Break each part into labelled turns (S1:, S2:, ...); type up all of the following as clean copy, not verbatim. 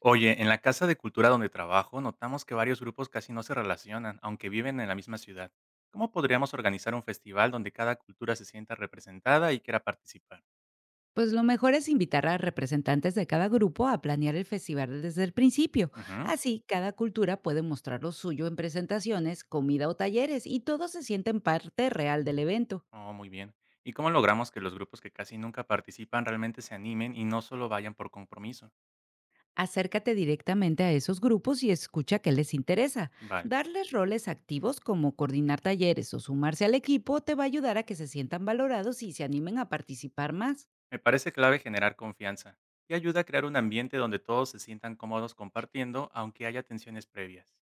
S1: Oye, en la casa de cultura donde trabajo notamos que varios grupos casi no se relacionan, aunque viven en la misma ciudad. ¿Cómo podríamos organizar un festival donde cada cultura se sienta representada y quiera participar?
S2: Pues lo mejor es invitar a representantes de cada grupo a planear el festival desde el principio.
S1: Ujú.
S2: Así, cada cultura puede mostrar lo suyo en presentaciones, comida o talleres y todos se sienten parte real del evento.
S1: Oh, muy bien. ¿Y cómo logramos que los grupos que casi nunca participan realmente se animen y no solo vayan por compromiso?
S2: Acércate directamente a esos grupos y escucha qué les interesa.
S1: Vale.
S2: Darles roles activos como coordinar talleres o sumarse al equipo te va a ayudar a que se sientan valorados y se animen a participar más.
S1: Me parece clave generar confianza y ayuda a crear un ambiente donde todos se sientan cómodos compartiendo, aunque haya tensiones previas.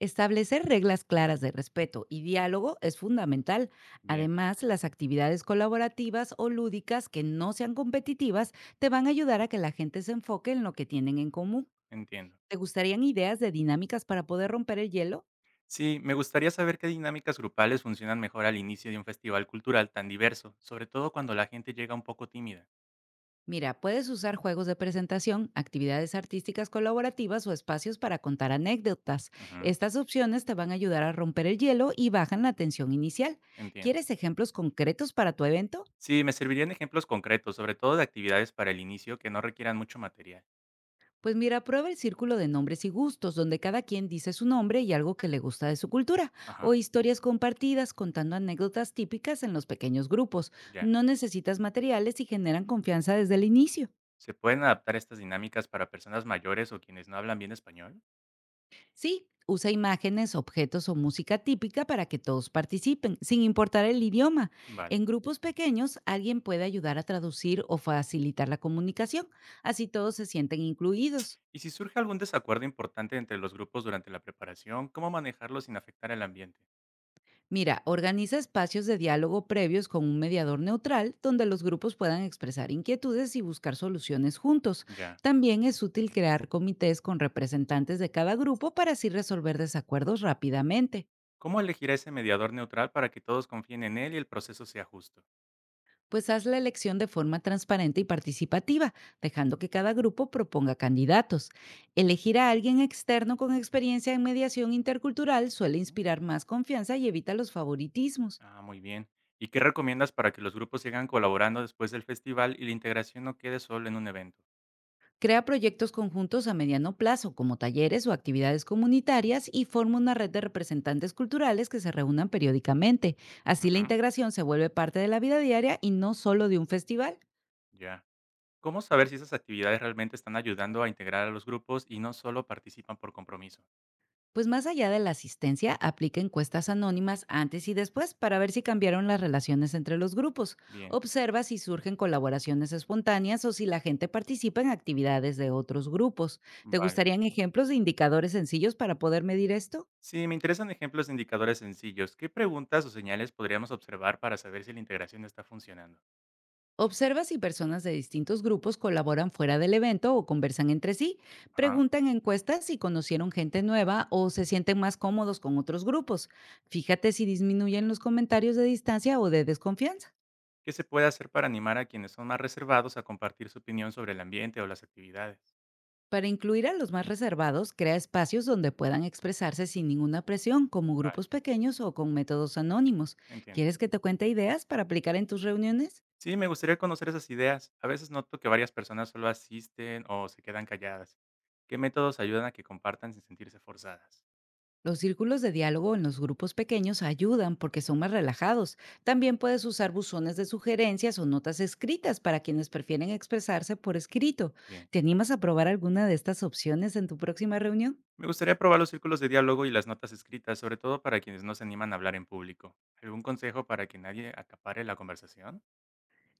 S2: Establecer reglas claras de respeto y diálogo es fundamental.
S1: Bien,
S2: Además, las actividades colaborativas o lúdicas que no sean competitivas te van a ayudar a que la gente se enfoque en lo que tienen en común.
S1: entiendo.
S2: ¿Te gustarían ideas de dinámicas para poder romper el hielo?
S1: Sí, me gustaría saber qué dinámicas grupales funcionan mejor al inicio de un festival cultural tan diverso, sobre todo cuando la gente llega un poco tímida.
S2: Mira, puedes usar juegos de presentación, actividades artísticas colaborativas o espacios para contar anécdotas.
S1: Ujú,
S2: Estas opciones te van a ayudar a romper el hielo y bajan la tensión inicial.
S1: entiendo.
S2: ¿Quieres ejemplos concretos para tu evento?
S1: Sí, me servirían ejemplos concretos, sobre todo de actividades para el inicio que no requieran mucho material.
S2: Pues mira, prueba el círculo de nombres y gustos, donde cada quien dice su nombre y algo que le gusta de su cultura,
S1: Ajá,
S2: o historias compartidas contando anécdotas típicas en los pequeños grupos.
S1: ya.
S2: No necesitas materiales y generan confianza desde el inicio.
S1: ¿Se pueden adaptar estas dinámicas para personas mayores o quienes no hablan bien español?
S2: Sí, usa imágenes, objetos o música típica para que todos participen, sin importar el idioma.
S1: Vale.
S2: En grupos pequeños, alguien puede ayudar a traducir o facilitar la comunicación, así todos se sienten incluidos.
S1: ¿Y si surge algún desacuerdo importante entre los grupos durante la preparación, cómo manejarlo sin afectar el ambiente?
S2: Mira, organiza espacios de diálogo previos con un mediador neutral donde los grupos puedan expresar inquietudes y buscar soluciones juntos.
S1: Ya.
S2: También es útil crear comités con representantes de cada grupo para así resolver desacuerdos rápidamente.
S1: ¿Cómo elegir a ese mediador neutral para que todos confíen en él y el proceso sea justo?
S2: Pues haz la elección de forma transparente y participativa, dejando que cada grupo proponga candidatos. Elegir a alguien externo con experiencia en mediación intercultural suele inspirar más confianza y evita los favoritismos.
S1: Ah, muy bien. ¿Y qué recomiendas para que los grupos sigan colaborando después del festival y la integración no quede solo en un evento?
S2: Crea proyectos conjuntos a mediano plazo, como talleres o actividades comunitarias, y forma una red de representantes culturales que se reúnan periódicamente. Así la
S1: Ujú,
S2: integración se vuelve parte de la vida diaria y no solo de un festival.
S1: ya. ¿Cómo saber si esas actividades realmente están ayudando a integrar a los grupos y no solo participan por compromiso?
S2: Pues más allá de la asistencia, aplica encuestas anónimas antes y después para ver si cambiaron las relaciones entre los grupos.
S1: Bien,
S2: Observa si surgen colaboraciones espontáneas o si la gente participa en actividades de otros grupos. ¿Te
S1: vale.
S2: gustarían ejemplos de indicadores sencillos para poder medir esto?
S1: Sí, me interesan ejemplos de indicadores sencillos. ¿Qué preguntas o señales podríamos observar para saber si la integración está funcionando?
S2: Observa si personas de distintos grupos colaboran fuera del evento o conversan entre sí.
S1: Ajá.
S2: Pregunta en encuestas si conocieron gente nueva o se sienten más cómodos con otros grupos. Fíjate si disminuyen los comentarios de distancia o de desconfianza.
S1: ¿Qué se puede hacer para animar a quienes son más reservados a compartir su opinión sobre el ambiente o las actividades?
S2: Para incluir a los más reservados, crea espacios donde puedan expresarse sin ninguna presión, como
S1: Vale,
S2: grupos pequeños o con métodos anónimos.
S1: entiendo.
S2: ¿Quieres que te cuente ideas para aplicar en tus reuniones?
S1: Sí, me gustaría conocer esas ideas. A veces noto que varias personas solo asisten o se quedan calladas. ¿Qué métodos ayudan a que compartan sin sentirse forzadas?
S2: Los círculos de diálogo en los grupos pequeños ayudan porque son más relajados. También puedes usar buzones de sugerencias o notas escritas para quienes prefieren expresarse por escrito.
S1: Bien.
S2: ¿Te animas a probar alguna de estas opciones en tu próxima reunión?
S1: Me gustaría probar los círculos de diálogo y las notas escritas, sobre todo para quienes no se animan a hablar en público. ¿Algún consejo para que nadie acapare la conversación?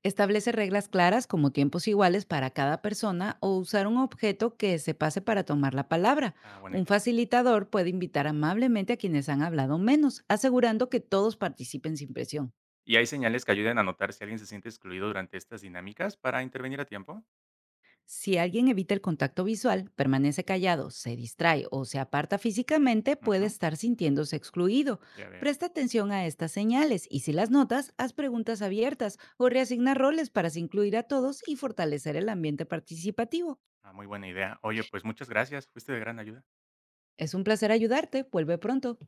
S2: Establece reglas claras como tiempos iguales para cada persona o usar un objeto que se pase para tomar la palabra.
S1: Ah, buena
S2: Un
S1: idea.
S2: facilitador puede invitar amablemente a quienes han hablado menos, asegurando que todos participen sin presión.
S1: ¿Y hay señales que ayuden a notar si alguien se siente excluido durante estas dinámicas para intervenir a tiempo?
S2: Si alguien evita el contacto visual, permanece callado, se distrae o se aparta físicamente, puede
S1: Ujú,
S2: estar sintiéndose excluido.
S1: ya veo.
S2: Presta atención a estas señales y si las notas, haz preguntas abiertas o reasigna roles para así incluir a todos y fortalecer el ambiente participativo.
S1: Ah, muy buena idea. Oye, pues muchas gracias. Fuiste de gran ayuda.
S2: Es un placer ayudarte. Vuelve pronto.